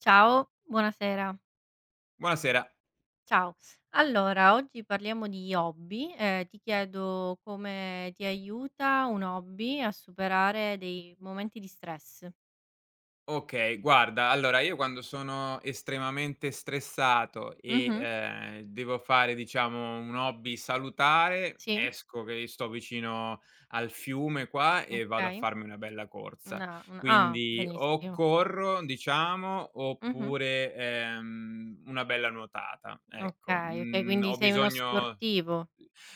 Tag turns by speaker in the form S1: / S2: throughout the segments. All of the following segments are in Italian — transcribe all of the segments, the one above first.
S1: Ciao, buonasera.
S2: Buonasera.
S1: Ciao. Allora, oggi parliamo di hobby. Ti chiedo come ti aiuta un hobby a superare dei momenti di stress.
S2: Okay, guarda, allora io quando sono estremamente stressato e,
S1: Mh-mh.
S2: devo fare diciamo un hobby salutare,
S1: Sì,
S2: esco che sto vicino al fiume qua e vado a
S1: okay.
S2: farmi una bella corsa. Quindi o
S1: Benissimo.
S2: corro diciamo,
S1: Mh-mh.
S2: oppure, una bella nuotata, ecco.
S1: Okay, okay,
S2: Mhmm,
S1: quindi
S2: ho
S1: sei uno
S2: bisogno.
S1: sportivo.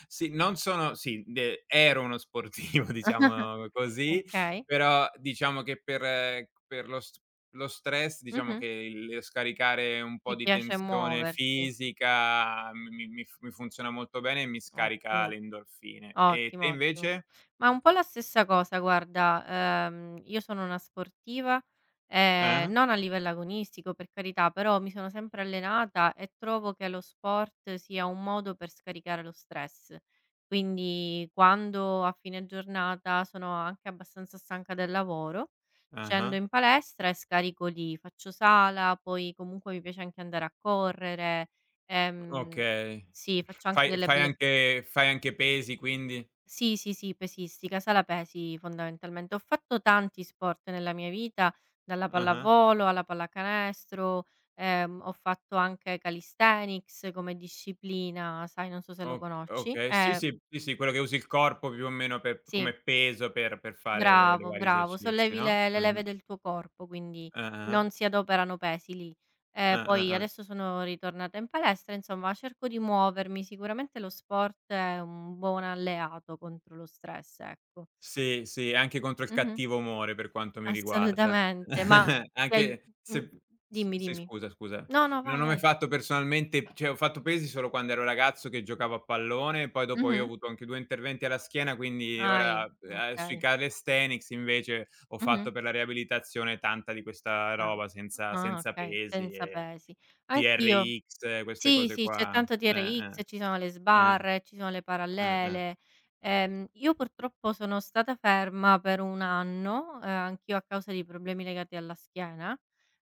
S2: Sì, non sono. Sì, de ero uno sportivo, diciamo così,
S1: Okay.
S2: però diciamo che per lo st lo stress, diciamo
S1: Mh-mh.
S2: che il scaricare un
S1: Ti
S2: po' di
S1: piace
S2: tensione
S1: muoverti.
S2: fisica mi funziona molto bene e mi scarica
S1: Ottimo.
S2: le endorfine. E te
S1: Ottimo, ottimo.
S2: invece?
S1: Ma un po' la stessa cosa guarda, io sono una sportiva,
S2: Ah-ah,
S1: non a livello agonistico per carità, però mi sono sempre allenata e trovo che lo sport sia un modo per scaricare lo stress. Quindi quando a fine giornata sono anche abbastanza stanca del lavoro,
S2: ah-ah,
S1: scendo in palestra e scarico lì, faccio sala, poi comunque mi piace anche andare a correre, ehm
S2: okay.
S1: sì, faccio anche
S2: Fai
S1: delle
S2: fai
S1: belle.
S2: anche fai anche pesi quindi?
S1: Sì, sì, sì, pesistica, sala pesi fondamentalmente. Ho fatto tanti sport nella mia vita, dalla
S2: Ah-ah.
S1: pallavolo alla pallacanestro, ho fatto anche calisthenics come disciplina, sai, non so se lo
S2: O
S1: conosci.
S2: okay. Sì, sì, sì, sì, quello che usi il corpo più o meno per
S1: Sì,
S2: come peso per fare le
S1: bravo,
S2: vari
S1: bravo,
S2: esercizi,
S1: sollevi
S2: no,
S1: le leve
S2: mh-mh.
S1: del tuo corpo, quindi
S2: Ah-ah.
S1: non si adoperano pesi lì. Poi
S2: Ah-ah-ah.
S1: adesso sono ritornata in palestra, insomma cerco di muovermi, sicuramente lo sport è un buon alleato contro lo stress, ecco.
S2: Sì, sì, anche contro il
S1: Mh-mh.
S2: cattivo umore per quanto mi riguarda.
S1: Assolutamente, ma ti hai
S2: Anche se s
S1: dimmi,
S2: sì,
S1: dimmi.
S2: scusa, scusa.
S1: No, no,
S2: Non
S1: vai,
S2: ho mai
S1: vai.
S2: fatto personalmente, cioè ho fatto pesi solo quando ero ragazzo che giocavo a pallone, poi dopo io ho
S1: Mh-mh.
S2: avuto anche 2 interventi alla schiena, quindi
S1: Hai
S2: ora,
S1: Okay.
S2: sui calisthenics invece ho
S1: Mh-mh.
S2: fatto per la riabilitazione tanta di questa
S1: Ah.
S2: roba senza
S1: Ah,
S2: senza
S1: okay,
S2: pesi
S1: senza
S2: e
S1: pesi. Anch'io.
S2: TRX, queste
S1: Sì,
S2: cose
S1: sì, c'è
S2: qua.
S1: tanto TRX, ci sono le
S2: Eh,
S1: sbarre, ci sono le
S2: eh.
S1: parallele. Io purtroppo sono stata ferma per 1 anno, anch'io a causa di problemi legati alla schiena,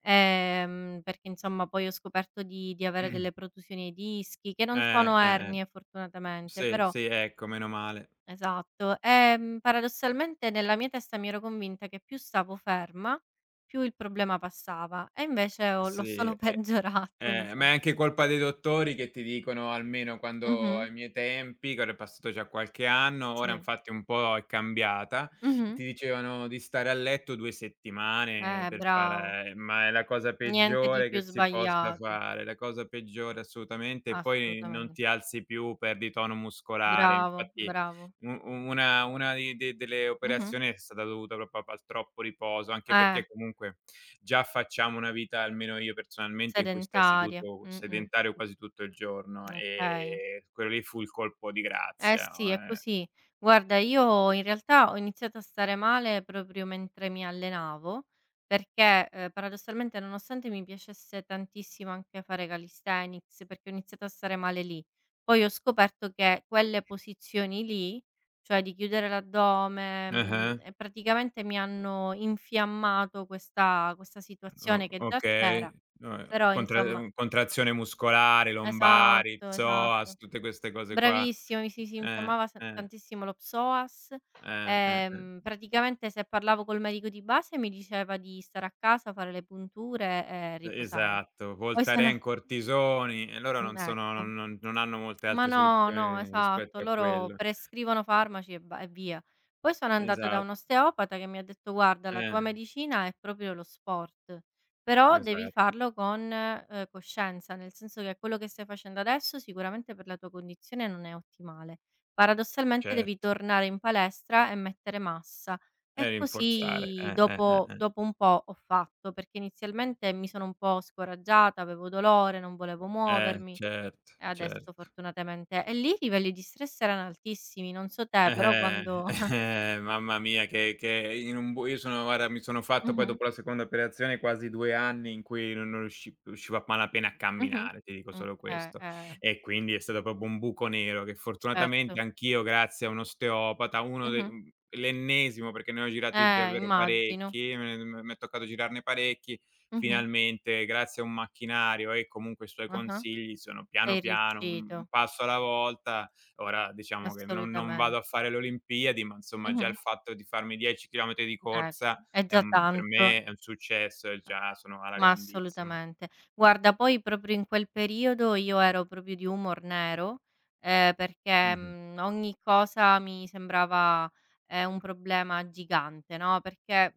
S1: perché insomma poi ho scoperto di avere delle protusioni ai dischi, che non sono
S2: Eh.
S1: ernie fortunatamente,
S2: Sì,
S1: però.
S2: sì, ecco, meno male.
S1: Esatto. Paradossalmente nella mia testa mi ero convinta che più stavo ferma, più il problema passava e invece ho l'ho
S2: Sì,
S1: solo peggiorato
S2: ma è
S1: inso
S2: anche colpa dei dottori che ti dicono, almeno quando
S1: Mh-mh,
S2: ai miei tempi, che ora è passato già qualche anno, ora
S1: sì.
S2: infatti un po' è cambiata,
S1: Mh-mh.
S2: ti dicevano di stare a letto 2 settimane per
S1: Bravo.
S2: fare, ma è la cosa
S1: Niente di
S2: peggiore
S1: più
S2: che si possa
S1: sbagliato.
S2: fare, la cosa peggiore assolutamente, e poi non
S1: Assolutamen
S2: ti alzi più, perdi tono muscolare.
S1: Bravo,
S2: Infatti
S1: bravo.
S2: u u una di de delle
S1: Mh-mh.
S2: operazioni è stata dovuta proprio pa al troppo riposo, anche
S1: Eh,
S2: perché comunque già facciamo una vita, almeno io personalmente, in cui stai
S1: sedentarie.
S2: seduto
S1: Mh-mh.
S2: sedentario quasi tutto il giorno,
S1: Okay.
S2: quello lì fu il colpo di
S1: Eh
S2: grazia.
S1: sì, è così. Guarda, io in realtà ho iniziato a stare male proprio mentre mi allenavo, perché, paradossalmente nonostante mi piacesse tantissimo anche fare calisthenics, perché ho iniziato a stare male lì, poi ho scoperto che quelle posizioni lì, cioè di chiudere l'addome,
S2: Ah-ah.
S1: e praticamente mi hanno infiammato questa
S2: o
S1: situazione che già
S2: okay,
S1: c'era, però insomma
S2: contrazione muscolare, lombari,
S1: esatto, esatto.
S2: psoas, tutte queste cose qua.
S1: Bravissimo, sì, sì,
S2: Che
S1: mi si infiammava san tantissimo lo psoas.
S2: eh, eh, eh,
S1: Praticamente se parlavo col medico di base mi diceva di stare a casa, fare le punture e riposarmi.
S2: esatto,
S1: Poi sono
S2: Voltaren, cortisoni e loro
S1: Mh,
S2: non sono
S1: ecco.
S2: non non non hanno molte
S1: Ma
S2: altre
S1: no, no,
S2: soluzioni
S1: esatto.
S2: rispetto a
S1: Loro
S2: quello.
S1: prescrivono farmaci e via. Poi sono andata da un
S2: Esatto,
S1: osteopata che mi ha detto: "Guarda, la tua
S2: eh,
S1: medicina è proprio lo sport, però devi
S2: esatto,
S1: farlo con, coscienza, nel senso che quello che stai facendo adesso sicuramente per la tua condizione non è ottimale. Paradossalmente devi
S2: certo.
S1: tornare in palestra e mettere massa."
S2: E
S1: E
S2: rinforzare,
S1: così dopo
S2: eh.
S1: dopo un po' ho fatto, perché inizialmente mi sono un po' scoraggiata, avevo dolore, non volevo
S2: Eh
S1: muovermi.
S2: certo,
S1: E adesso
S2: certo.
S1: fortunatamente E lì i livelli di stress erano altissimi, non so te, però
S2: Eh,
S1: quando
S2: mamma mia, che in un bu io sono guarda, mi sono fatto poi
S1: mh-mh,
S2: dopo la seconda operazione quasi 2 anni in cui non riuscivo a malapena a
S1: mh-mh.
S2: camminare, ti dico solo
S1: Okay,
S2: questo. E quindi è stato proprio un buco nero che fortunatamente
S1: certo.
S2: anch'io grazie a un osteopata,
S1: Mh-mh.
S2: l'ennesimo, perché ne ho girati davvero
S1: Immagino.
S2: parecchi, me ne m m'è toccato girarne parecchi,
S1: Mh-mh.
S2: finalmente grazie a un macchinario e comunque i suoi
S1: Ah-ah.
S2: consigli sono piano
S1: Sei
S2: piano, un
S1: riuscito,
S2: passo alla volta. Ora diciamo che non
S1: assolutamente.
S2: vado a fare le Olimpiadi, ma insomma già
S1: Mh-mh.
S2: il fatto di farmi 10 chilometri di
S1: Ecco,
S2: corsa
S1: è
S2: è
S1: già
S2: un per
S1: tanto.
S2: me è un successo e già sono alla
S1: Ma
S2: grandissima.
S1: assolutamente. Guarda, poi proprio in quel periodo io ero proprio di humor nero, perché,
S2: Mh-mh.
S1: ogni cosa mi sembrava, un problema gigante, no, perché è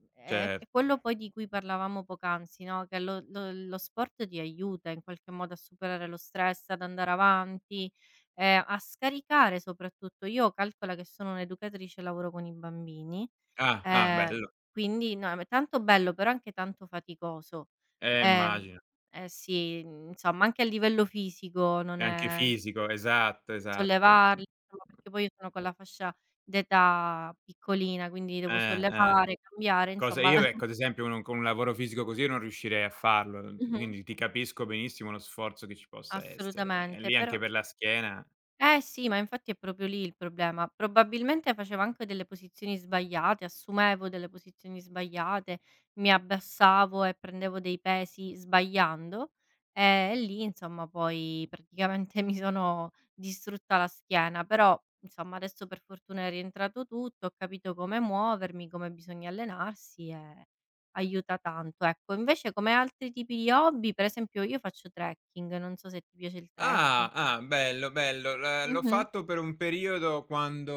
S1: è
S2: Cer
S1: quello poi di cui parlavamo poc'anzi, no, che lo sport ti aiuta in qualche modo a superare lo stress, ad andare avanti, a scaricare soprattutto. Io calcola che sono un'educatrice e lavoro con i bambini.
S2: Ah, ah,
S1: Ehm,
S2: bello.
S1: quindi no, ma è tanto bello, però anche tanto faticoso. Ehm,
S2: Immagino.
S1: eh sì, insomma anche a livello fisico non
S2: E anche
S1: è
S2: fisico, esatto, esatto. Mh.
S1: sollevarli, insomma, perché poi io sono con la fascia d'età piccolina, quindi devo
S2: Eh.
S1: sollevare, cambiare,
S2: Cosa
S1: insomma la
S2: io Ecco, ad esempio uno con un lavoro fisico così io non riuscirei a farlo,
S1: mh-mh,
S2: quindi ti capisco benissimo lo sforzo che ci possa essere. E
S1: assolutamente,
S2: lì anche
S1: però.
S2: per la schiena.
S1: Eh sì, ma infatti è proprio lì il problema. Probabilmente facevo anche delle posizioni sbagliate, assumevo delle posizioni sbagliate, mi abbassavo e prendevo dei pesi sbagliando e lì, insomma, poi praticamente mi sono distrutta la schiena, però insomma, adesso per fortuna è rientrato tutto, ho capito come muovermi, come bisogna allenarsi e aiuta tanto. Ecco, invece come altri tipi di hobby, per esempio, io faccio trekking, non so se ti piace il trekking.
S2: Ah, ah, bello, bello. L'ho
S1: Mh-mh.
S2: fatto per un periodo quando,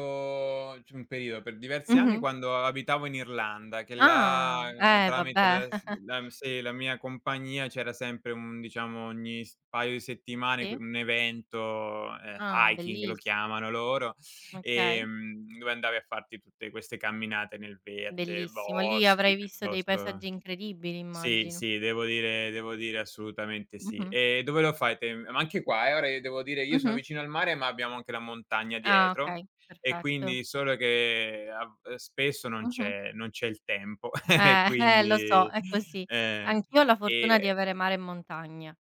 S2: cioè un periodo, per diversi anni
S1: Mh-mh.
S2: quando abitavo in Irlanda, che
S1: Ah,
S2: là,
S1: eh
S2: tramite
S1: vabbè.
S2: la s la sì, la mia compagnia c'era sempre un diciamo ogni s paio di settimane que
S1: Sì?
S2: un evento,
S1: Ah,
S2: hiking lo
S1: belliss
S2: chiamano loro,
S1: okay,
S2: dove andavi a farti tutte queste camminate nel verde,
S1: bellissimo. Lì avrai
S2: boschi
S1: visto dei
S2: piuttosto.
S1: paesaggi incredibili
S2: Sì,
S1: immagino.
S2: sì, devo dire assolutamente sì.
S1: Mh-mh.
S2: E dove lo fai te? Ma anche qua, ora io devo dire io sono
S1: Mh-mh.
S2: vicino al mare, ma abbiamo anche la montagna
S1: Ah
S2: dietro
S1: okay,
S2: e
S1: perfetto.
S2: quindi solo che a v spesso non
S1: Mh-mh.
S2: c'è non c'è il tempo, e
S1: Lo so,
S2: quindi
S1: è così.
S2: ehm,
S1: Anch'io ho la fortuna di
S2: e
S1: avere mare e montagna,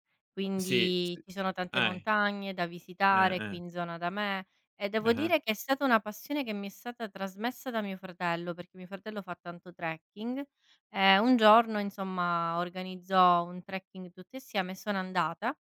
S2: sì,
S1: quindi
S2: sì.
S1: ci sono tante
S2: Eh,
S1: montagne da visitare qui in
S2: eh.
S1: zona da me e devo
S2: Ah-ah.
S1: dire che è stata una passione che mi è stata trasmessa da mio fratello, perché mio fratello fa tanto trekking e un giorno, insomma, organizzò un trekking tutti insieme e sono andata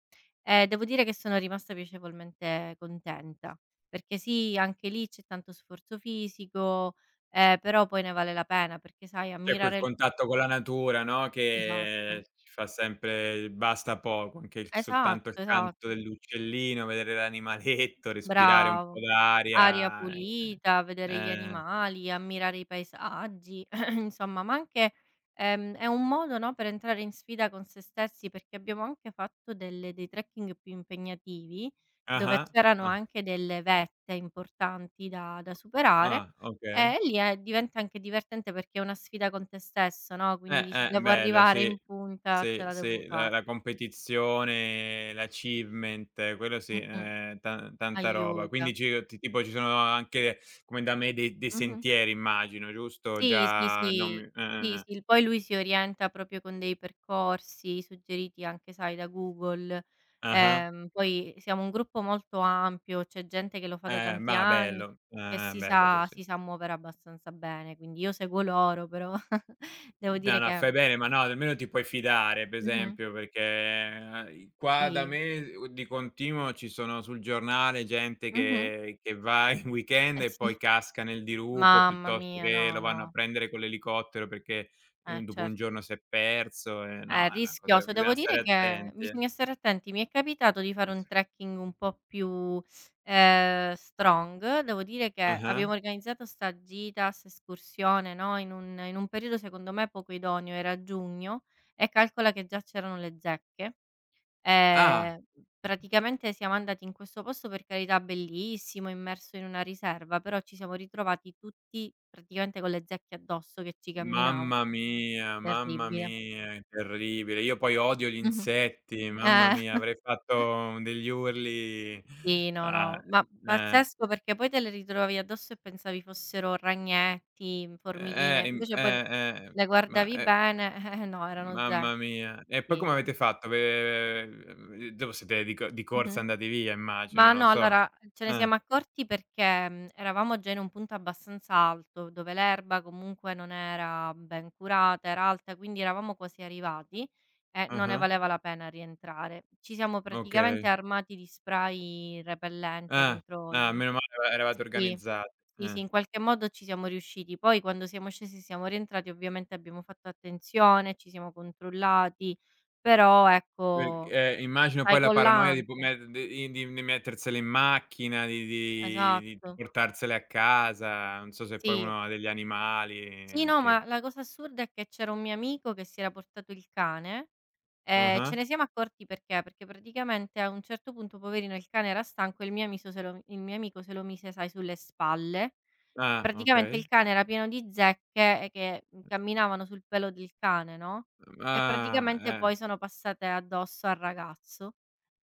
S1: e devo dire che sono rimasta piacevolmente contenta, perché sì, anche lì c'è tanto sforzo fisico, però poi ne vale la pena perché sai
S2: C'è quel
S1: ammirare il
S2: contatto con la natura, no,
S1: esatto,
S2: che ci fa sempre il basta poco, anche il
S1: esatto,
S2: soltanto il canto
S1: esatto.
S2: dell'uccellino, vedere l'animaletto, respirare un po'
S1: Bravo. Aria
S2: d'aria,
S1: pulita, vedere gli
S2: eh.
S1: animali, ammirare i paesaggi, insomma, ma anche è un modo, no, per entrare in sfida con se stessi, perché abbiamo anche fatto delle dei trekking più impegnativi, dove
S2: Ah-ah,
S1: c'erano
S2: ah,
S1: anche delle vette importanti da superare,
S2: ah, okay.
S1: e lì è diventa anche divertente perché è una sfida con te stesso, no, quindi dici: "Devo
S2: Bello,
S1: arrivare
S2: sì,
S1: in punta, ce
S2: sì,
S1: la devo
S2: sì, la
S1: fare".
S2: la competizione, l'achievement, quello sì,
S1: Mh-mh.
S2: ta tanta roba.
S1: Aiuta.
S2: Quindi ci ti tipo ci sono anche, come da me, dei
S1: Mh-mh.
S2: sentieri immagino, giusto?
S1: Sì, sì,
S2: Già non mi
S1: sì.
S2: eh,
S1: Sì,
S2: eh, eh.
S1: sì, poi lui si orienta proprio con dei percorsi suggeriti anche, sai, da Google.
S2: Ah-ah.
S1: Poi siamo un gruppo molto ampio, c'è gente che lo fa da tanti
S2: Ma
S1: anni
S2: bello.
S1: e si
S2: Bello
S1: sa
S2: così.
S1: si sa muovere abbastanza bene, quindi io seguo loro però devo
S2: No,
S1: dire
S2: no,
S1: che
S2: fai bene, ma no, almeno ti puoi fidare, per
S1: mh-mh,
S2: esempio, perché, i qua da
S1: sì,
S2: me u di continuo ci sono sul giornale gente
S1: mh-mh,
S2: che va in
S1: eh
S2: weekend e
S1: sì,
S2: poi casca nel dirupo,
S1: mamma
S2: piuttosto
S1: mia,
S2: che
S1: no,
S2: lo vanno a
S1: no,
S2: prendere con l'elicottero perché, dopo
S1: cer
S2: un giorno si è perso e
S1: è
S2: no, è una cosa che
S1: rischioso. Devo
S2: bisogna
S1: dire
S2: stare
S1: che
S2: attenti, eh.
S1: bisogna stare attenti. Mi è capitato di fare
S2: Sì,
S1: un
S2: sì.
S1: trekking un po' più, strong. Devo dire che
S2: Ah-ah.
S1: abbiamo organizzato 'sta gita, 'sta escursione, no, in un periodo secondo me poco idoneo, era giugno e calcola che già c'erano le zecche.
S2: Ah!
S1: Ehm, praticamente siamo andati in questo posto, per carità bellissimo, immerso in una riserva, però ci siamo ritrovati tutti praticamente con le zecche addosso che ci camminav
S2: Mamma
S1: Terribile.
S2: mia, è terribile. Io poi odio gli
S1: Mh-mh.
S2: insetti, mamma
S1: Eh.
S2: mia, avrei fatto degli urli
S1: Sì, no,
S2: a
S1: no, ma
S2: eh,
S1: pazzesco perché poi te le ritrovavi addosso e pensavi fossero ragnetti, formichine,
S2: im
S1: invece poi
S2: eh,
S1: le
S2: ma,
S1: guardavi
S2: eh,
S1: bene, no erano
S2: mamma
S1: zecchi,
S2: mia. E poi come
S1: sì.
S2: avete fatto? Ve Dopo siete di corsa
S1: Mh-mh.
S2: andati via immagino,
S1: Ma
S2: non lo
S1: no,
S2: so.
S1: allora ce ne
S2: Eh,
S1: siamo accorti perché, eravamo già in un punto abbastanza alto, dove l'erba comunque non era ben curata, era alta, quindi eravamo quasi arrivati e non ne
S2: ah-ah,
S1: valeva la pena rientrare. Ci siamo praticamente
S2: okay.
S1: armati di spray repellente
S2: Ah,
S1: contro
S2: ah,
S1: i.
S2: meno male eravate
S1: Sì,
S2: organizzati.
S1: sì, sì,
S2: Eh.
S1: in qualche modo ci siamo riusciti. Poi quando siamo scesi, siamo rientrati, ovviamente abbiamo fatto attenzione, ci siamo controllati, però
S2: Per
S1: ecco,
S2: Immagino
S1: sai
S2: poi la
S1: con
S2: paranoia di po
S1: l'ante
S2: met di di di mettersele in macchina, di di di di
S1: esatto.
S2: portarsele a casa, non so se poi
S1: Sì.
S2: uno ha degli animali
S1: Sì, no,
S2: anche.
S1: ma la cosa assurda è che c'era un mio amico che si era portato il cane, ce
S2: Ah-ah.
S1: ne siamo accorti perché praticamente a un certo punto poverino il cane era stanco e il mio amico se lo mise, sai, sulle spalle.
S2: Ah,
S1: Praticamente il
S2: okay.
S1: cane era pieno di zecche, che, camminavano sul pelo del cane, no, e
S2: Ah,
S1: praticamente poi sono passate addosso al ragazzo.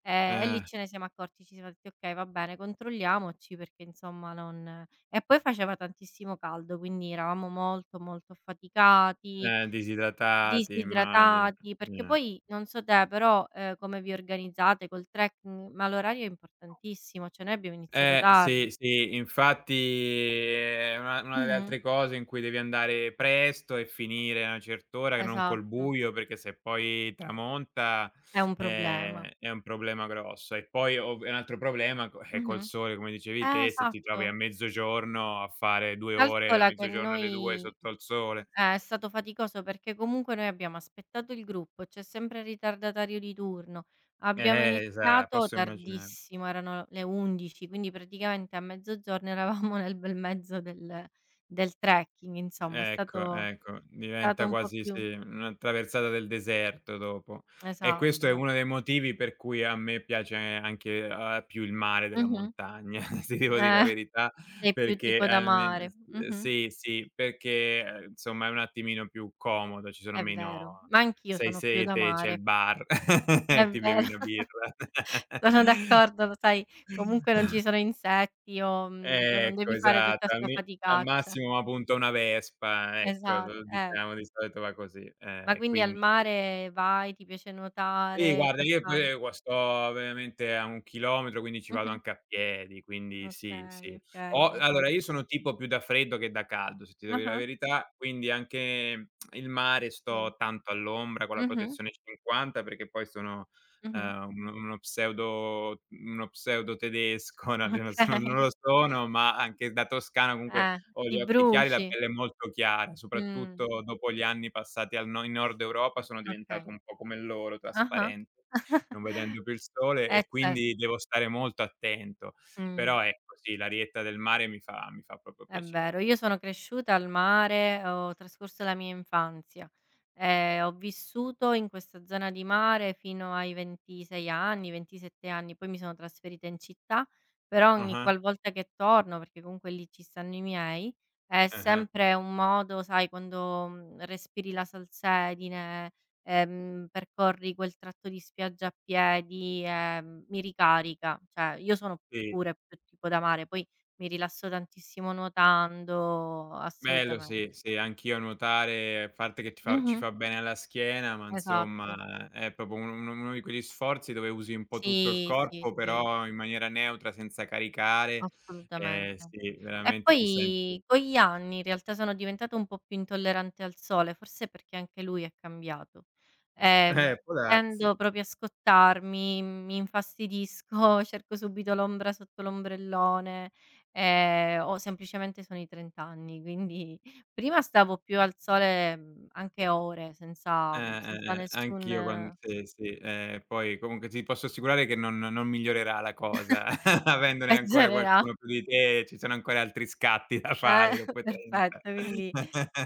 S1: E lì
S2: eh,
S1: ce ne siamo accorti, ci siamo detti: "Okay, va bene, controlliamoci perché insomma non" e poi faceva tantissimo caldo, quindi eravamo molto, molto affaticati,
S2: disidratati immagino.
S1: disidratati, perché
S2: Eh.
S1: poi non so te, però, come vi organizzate col trekking, ma l'orario è importantissimo, cioè noi abbiamo iniziato
S2: Sì,
S1: tardi.
S2: sì, infatti è una delle
S1: Mh-mh.
S2: altre cose in cui devi andare presto e finire a una cert'ora, che non col
S1: Esatto.
S2: buio, perché se poi tramonta,
S1: È un problema.
S2: è un problema grosso. E poi ov è un altro problema co col
S1: Mh-mh.
S2: sole, come dicevi te, se ti trovi a
S1: Esatto.
S2: mezzogiorno a fare 2 ore da
S1: Calcola che
S2: mezzogiorno alle 2
S1: noi
S2: sotto al sole.
S1: è stato faticoso perché comunque noi abbiamo aspettato il gruppo, c'è sempre il ritardatario di turno, abbiamo
S2: Esa
S1: iniziato
S2: posso immaginare.
S1: tardissimo, erano le 11, quindi praticamente a mezzogiorno eravamo nel bel mezzo del trekking, insomma è
S2: Ecco,
S1: stato
S2: ecco,
S1: stato
S2: diventa
S1: un po'
S2: quasi
S1: più
S2: sì, una traversata del deserto dopo. E
S1: esatto,
S2: questo è
S1: esa
S2: uno dei motivi per cui a me piace anche, più il mare della
S1: mh-mh.
S2: montagna, ti devo dire la
S1: Eh,
S2: verità,
S1: sei più
S2: perché
S1: tipo da
S2: alme
S1: mare.
S2: s
S1: Mh-mh.
S2: sì, sì, perché, insomma è un attimino più comodo, ci sono
S1: È vero,
S2: meno
S1: ma anch'io
S2: se hai
S1: sono più da
S2: sete c'è
S1: mare.
S2: il bar,
S1: È
S2: ti
S1: vero.
S2: bevi una birra.
S1: Sono d'accordo, lo sai, comunque non ci sono insetti o, dico non
S2: Ecco,
S1: devi fare tutta
S2: esatto, al
S1: 'sta
S2: mi al
S1: faticaccia.
S2: massimo m'appunta una vespa,
S1: Esa
S2: ecco,
S1: eh.
S2: diciamo di solito va così.
S1: Ma quindi al
S2: Quindi sì.
S1: mare vai, ti piace
S2: Sì,
S1: nuotare,
S2: guarda
S1: che
S2: io
S1: fai?
S2: pure qua sto veramente a 1 chilometro, quindi ci vado
S1: Mh-mh.
S2: anche a piedi, quindi sì,
S1: Okay,
S2: sì.
S1: okay,
S2: Ho
S1: fantas
S2: allora io sono tipo più da freddo che da caldo, se ti devo dire la
S1: ah-ah,
S2: verità, quindi anche il mare
S1: sì.
S2: sto tanto all'ombra con la
S1: Mh-mh,
S2: protezione 50 perché poi sono,
S1: mh-mh.
S2: uno pseudo tedesco, no, cioè non
S1: Okay.
S2: lo sono, ma anche da toscano comunque
S1: Eh,
S2: ho
S1: ti
S2: gli occhi chiari, la
S1: bruci.
S2: pelle molto chiara,
S1: Mh.
S2: soprattutto dopo gli anni passati al no in Nord Europa
S1: O
S2: sono diventato
S1: Okay.
S2: un po' come loro,
S1: Ah-ah.
S2: trasparente, non vedendo più il sole e
S1: Cer
S2: quindi devo stare molto attento.
S1: mh.
S2: Però ecco sì, l'arietta del mare mi fa proprio
S1: È
S2: piacere.
S1: vero, io sono cresciuta al mare, ho trascorso la mia infanzia, ho vissuto in questa zona di mare fino ai 26 anni, 27 anni, poi mi sono trasferita in città, però ogni
S2: Ah-ah,
S1: qualvolta che torno, perché comunque lì ci stanno i miei, è
S2: ah-ah,
S1: sempre un modo, sai, quando, respiri la salsedine, percorri quel tratto di spiaggia a piedi, mi ricarica. Cioè, io sono
S2: sì.
S1: pure più tipo da mare, poi mi rilasso tantissimo nuotando,
S2: Bello
S1: assolutamen
S2: sì, sì, anch'io nuotare, a parte che ti fa ci
S1: mh-mh.
S2: fa bene alla schiena, ma
S1: Esatto.
S2: insomma è proprio uno di quegli sforzi dove usi un po' tutto il
S1: Sì, sì,
S2: corpo,
S1: sì.
S2: però in maniera neutra, senza caricare. Ehm,
S1: Assolutamente.
S2: sì,
S1: E
S2: veramente ti senti
S1: poi con gli anni in realtà sono diventata un po' più intollerante al sole, forse perché anche lui è cambiato. Ehm, Mh.
S2: eh, può darsi.
S1: Tendo proprio a scottarmi, mi infastidisco, cerco subito l'ombra sotto l'ombrellone, o semplicemente sono i 30 anni, quindi prima stavo più al sole, anche ore senza
S2: Anch'io quan
S1: nessun
S2: sì, sì, poi comunque ti posso assicurare che non migliorerà la cosa, avendone ancora
S1: peggiorerà.
S2: qualcuno più di te, ci sono ancora altri scatti da
S1: Eh,
S2: fare dopo i 30.
S1: perfetto, quindi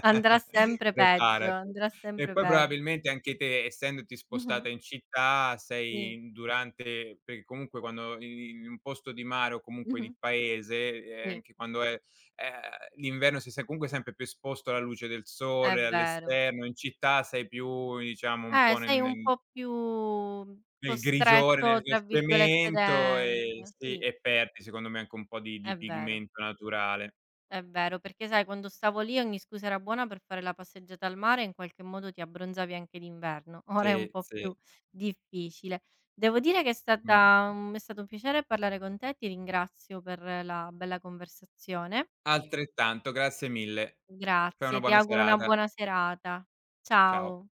S1: andrà sempre peggio,
S2: Preparati.
S1: andrà
S2: E
S1: sempre
S2: poi
S1: pegg
S2: probabilmente anche te, essendoti
S1: mh-mh,
S2: spostata in città, sei
S1: sì,
S2: in durante perché comunque quando i in un posto di mare o comunque
S1: Mh-mh.
S2: di paese,
S1: Sì,
S2: anche quando è ehm, l'inverno sei se comunque sempre più esposto alla luce del
S1: è
S2: sole,
S1: vero.
S2: all'esterno, in città sei più diciamo un po' nel
S1: Sei un
S2: nel
S1: po' più
S2: nel grigiore, nel
S1: "costretto"
S2: nel
S1: tra virgolette
S2: cemento e
S1: dentro.
S2: sì,
S1: Sì,
S2: e perdi secondo me anche un po' di
S1: è
S2: di
S1: vero,
S2: pigmento naturale.
S1: è vero, perché sai quando stavo lì ogni scusa era buona per fare la passeggiata al mare e in qualche modo ti abbronzavi anche d'inverno, ora è un
S2: Sì,
S1: po' più
S2: sì,
S1: difficile. Devo dire che è stata
S2: immagino.
S1: mhmm, è stato un piacere parlare con te, ti ringrazio per la bella conversazione.
S2: Altrettanto, grazie mille. Fai
S1: Grazie,
S2: una
S1: ti
S2: buona
S1: auguro una
S2: serata.
S1: buona serata.
S2: Ciao.
S1: Ciao.